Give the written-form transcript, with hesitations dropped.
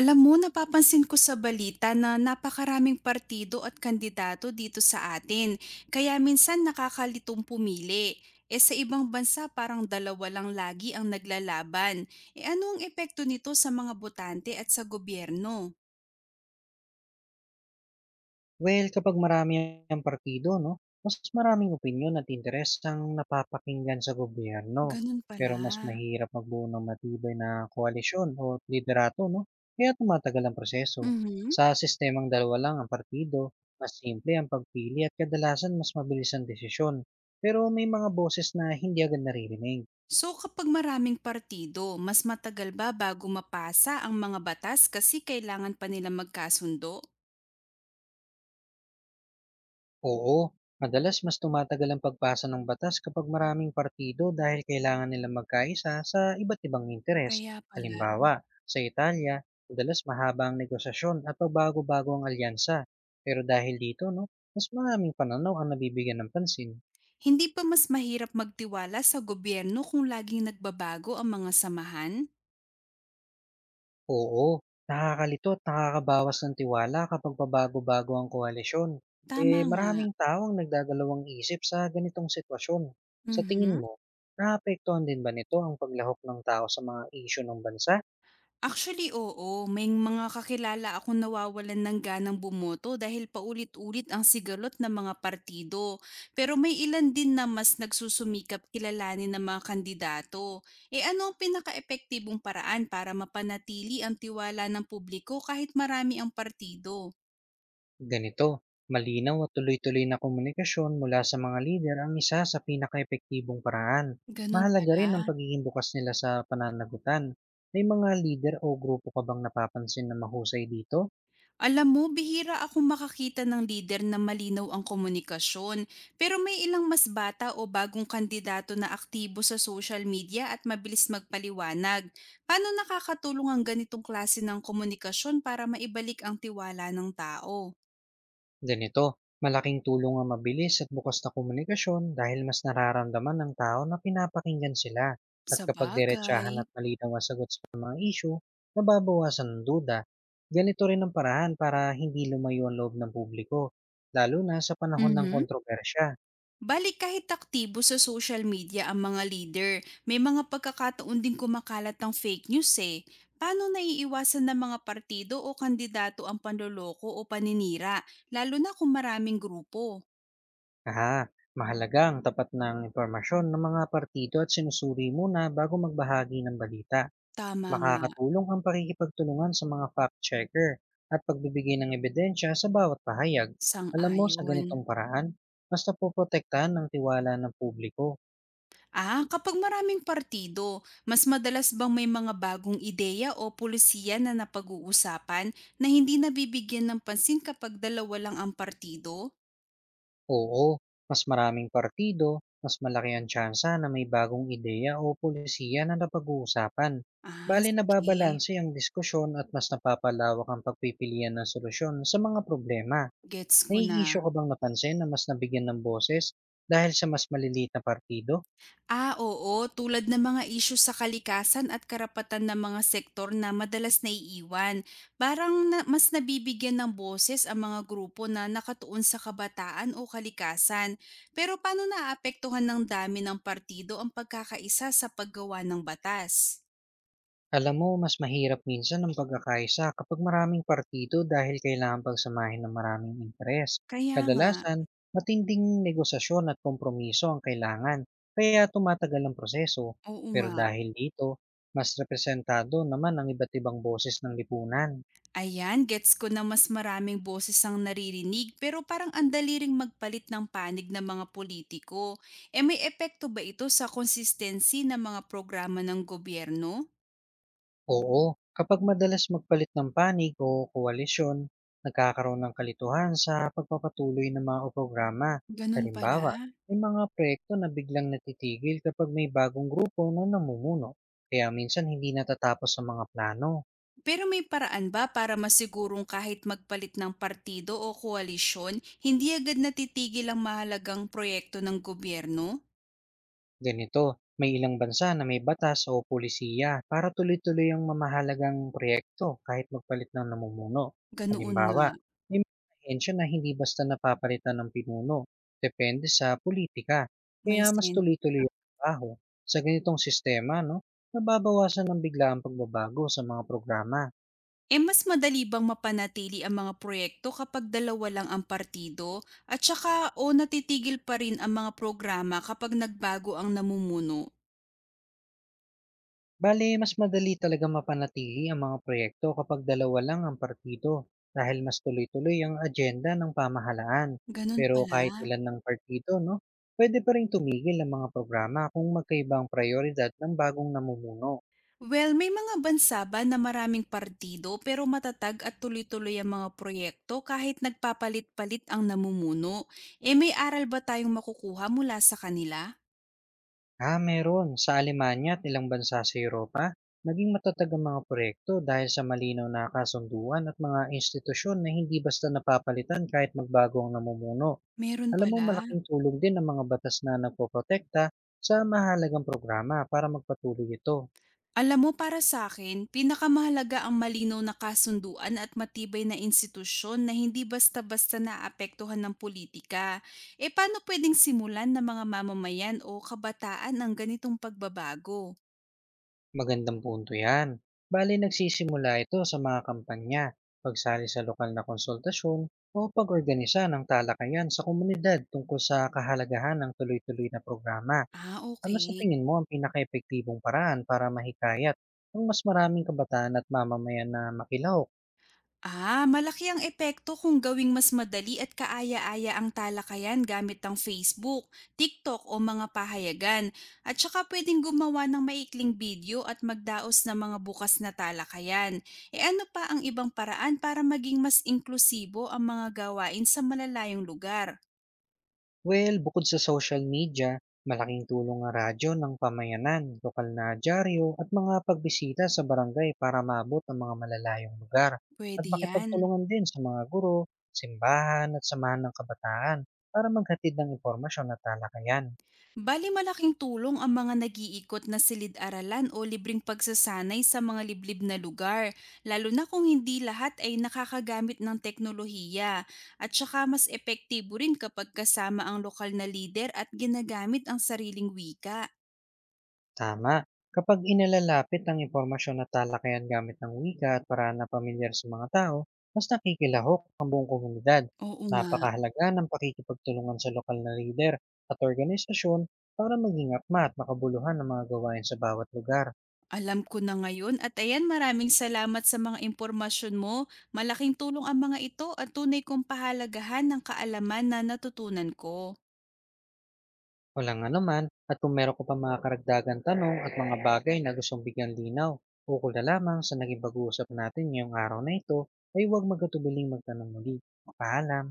Alam mo, napapansin ko sa balita na napakaraming partido at kandidato dito sa atin, kaya minsan nakakalitong pumili. E sa ibang bansa, parang dalawa lang lagi ang naglalaban. E ano ang epekto nito sa mga botante at sa gobyerno? Well, kapag marami ang partido, no, mas maraming opinyon at interes ang napapakinggan sa gobyerno. Ganun Pero pala. mas mahirap magbuo ng matibay na koalisyon o liderato, no? Kaya tumatagal ang proseso. Mhm. Sa sistemang dalawa lang ang partido, mas simple ang pagpili at kadalasan mas mabilis ang desisyon. Pero may mga boses na hindi agad naririnig. So kapag maraming partido, mas matagal ba bago mapasa ang mga batas kasi kailangan pa nila magkasundo? Oo, madalas mas tumatagal ang pagpasa ng batas kapag maraming partido dahil kailangan nilang magkaisa sa iba't ibang interes. Kaya pala. Halimbawa, sa Italia, madalas mahaba ang negosasyon at pagbago-bago ang alyansa. Pero dahil dito, no, mas maraming pananaw ang nabibigyan ng pansin. Hindi pa mas mahirap magtiwala sa gobyerno kung laging nagbabago ang mga samahan? Oo, nakakalito at nakakabawas ng tiwala kapag pabago-bago ang koalisyon. Tama Eh nga. maraming tao ang nagdadalawang isip sa ganitong sitwasyon. Sa tingin Mhm. mo, naapektuhan din ba nito ang paglahok ng tao sa mga isyu ng bansa? Actually, oo. May mga kakilala akong nawawalan ng ganang bumoto dahil paulit-ulit ang sigalot ng mga partido. Pero may ilan din na mas nagsusumikap kilalanin ng mga kandidato. E ano ang pinaka-epektibong paraan para mapanatili ang tiwala ng publiko kahit marami ang partido? Ganito, malinaw at tuloy-tuloy na komunikasyon mula sa mga lider ang isa sa pinakaepektibong paraan. Ganun Mahalaga pala. rin ang pagiging bukas nila sa pananagutan. May mga lider o grupo ka bang napapansin na mahusay dito? Alam mo, bihira akong makakita ng leader na malinaw ang komunikasyon. Pero may ilang mas bata o bagong kandidato na aktibo sa social media at mabilis magpaliwanag. Paano nakakatulong ang ganitong klase ng komunikasyon para maibalik ang tiwala ng tao? Ganito, malaking tulong ang mabilis at bukas na komunikasyon dahil mas nararamdaman ng tao na pinapakinggan sila, at Sa kapag diretsahan at bagay. malinaw ang sagot sa mga issue, nababawasan ang duda. Ganito rin ang paraan para hindi lumayo ang loob ng publiko, lalo na sa panahon ng Mhm. kontrobersya. Balik kahit aktibo sa social media ang mga leader, may mga pagkakataon din kumakalat ng fake news eh. Paano naiiwasan ng mga partido o kandidato ang panloloko o paninira, lalo na kung maraming grupo? Aha, mahalaga ang tapat ng impormasyon ng mga partido at sinusuri muna bago magbahagi ng balita. Tama nga, Makakatulong ang pakikipagtulungan sa mga fact-checker at pagbibigay ng ebidensya sa bawat pahayag. Alam mo, sa sang-ayon. ganitong paraan, mas napoprotektahan ng tiwala ng publiko. Ah, kapag maraming partido, mas madalas bang may mga bagong ideya o pulisiya na napag-uusapan na hindi nabibigyan ng pansin kapag dalawa lang ang partido? Oo, mas maraming partido, mas malaki ang tsansa na may bagong ideya o polisiya na napag-uusapan. Ah, Bali sige. nababalanse ang diskusyon at mas napapalawak ang pagpipilian ng solusyon sa mga problema. Gets ko May na. isyo ka bang napansin na mas nabigyan ng boses dahil sa mas maliliit na partido? Ah, oo, tulad ng mga isyu sa kalikasan at karapatan ng mga sektor na madalas naiiwan. Parang na, mas nabibigyan ng boses ang mga grupo na nakatuon sa kabataan o kalikasan. Pero paano naapektuhan ng dami ng partido ang pagkakaisa sa paggawa ng batas? Alam mo, mas mahirap minsan ang pagkakaisa kapag maraming partido dahil kailangan pagsamahin ng maraming interes. Kaya nga, Kadalasan, matinding negosasyon at kompromiso ang kailangan, kaya tumatagal ang proseso. oo Pero nga. dahil dito, mas representado naman ang iba't ibang boses ng lipunan. Ayan, gets ko na mas maraming boses ang naririnig pero parang ang dali ring magpalit ng panig ng mga politiko. E may epekto ba ito sa consistency ng mga programa ng gobyerno? Oo, kapag madalas magpalit ng panig o koalisyon, nagkakaroon ng kalituhan sa pagpapatuloy ng mga programa. Ganun pala. Halimbawa, may mga proyekto na biglang natitigil kapag may bagong grupo na namumuno, kaya minsan hindi natatapos ang mga plano. Pero may paraan ba para masigurong kahit magpalit ng partido o koalisyon, hindi agad natitigil ang mahalagang proyekto ng gobyerno? Ganito, may ilang bansa na may batas o pulisiya para tuloy-tuloy ang mamahalagang proyekto kahit magpalit ng namumuno. Ganoon nga, Halimbawa, may mga ahensya na hindi basta napapalitan ng pinuno, depende sa politika, may kaya mas sense. tuloy-tuloy ang trabaho. Sa ganitong sistema, no, nababawasan ng bigla ang pagbabago sa mga programa. Eh, mas madali bang mapanatili ang mga proyekto kapag dalawa lang ang partido? At saka, o natitigil pa rin ang mga programa kapag nagbago ang namumuno? Bale, mas madali talaga mapanatili ang mga proyekto kapag dalawa lang ang partido dahil mas tuloy-tuloy ang agenda ng pamahalaan. Ganun Pero pala. kahit ilan ng partido, no, pwede pa rin tumigil ang mga programa kung magkaiba ang prioridad ng bagong namumuno. Well, may mga bansa ba na maraming partido pero matatag at tuloy-tuloy ang mga proyekto kahit nagpapalit-palit ang namumuno? Eh, may aral ba tayong makukuha mula sa kanila? Ah, meron. Sa Alemanya at ilang bansa sa Europa, naging matatag ang mga proyekto dahil sa malinaw na kasunduan at mga institusyon na hindi basta napapalitan kahit magbago ang namumuno. Meron Alam mo, pala. malaking tulong din ang mga batas na nagpoprotekta sa mahalagang programa para magpatuloy ito. Alam mo, para sa akin, pinakamahalaga ang malinaw na kasunduan at matibay na institusyon na hindi basta-basta naapektuhan ng politika. E paano pwedeng simulan ng mga mamamayan o kabataan ang ganitong pagbabago? Magandang punto yan. Bali nagsisimula ito sa mga kampanya, pagsali sa lokal na konsultasyon o pag-organisa ng talakayan sa komunidad tungkol sa kahalagahan ng tuloy-tuloy na programa. Ah, Ano sa okay. tingin mo ang pinaka paraan para mahikayat ang mas maraming kabataan at mamamayan na makilaw. Ah, malaki ang epekto kung gawing mas madali at kaaya-aya ang talakayan gamit ang Facebook, TikTok o mga pahayagan. At saka pwedeng gumawa ng maikling video at magdaos ng mga bukas na talakayan. E ano pa ang ibang paraan para maging mas inklusibo ang mga gawain sa malalayong lugar? Well, bukod sa social media, malaking tulong ang radyo ng pamayanan, lokal na dyaryo at mga pagbisita sa barangay para maabot ang mga malalayong lugar at Pwede yan. makipagtulungan din sa mga guro, simbahan at samahan ng kabataan para maghatid ng impormasyon at talakayan. Bali malaking tulong ang mga nag-iikot na silid-aralan o libreng pagsasanay sa mga liblib na lugar, lalo na kung hindi lahat ay nakakagamit ng teknolohiya. At saka mas epektibo rin kapag kasama ang lokal na lider at ginagamit ang sariling wika. Tama, kapag inalalapit ang impormasyon at talakayan gamit ng wika at paraan na pamilyar sa mga tao, mas nakikilahok komunidad. Oo nga, Napakahalaga ng pakikipagtulungan sa lokal na leader at organisasyon para maging akma at makabuluhan ang mga gawain sa bawat lugar. alam ko na ngayon at ayan maraming salamat sa mga impormasyon mo. Malaking tulong ang mga ito at tunay kong pahalagahan ng kaalaman na natutunan ko. Walang anuman, at kung meron ko pa mga karagdagan tanong at mga bagay na gustong bigyan linaw, ukol na lamang sa naging pag-uusap natin ngayong araw na ito ay huwag magkatubiling magtanong muli. Paalam!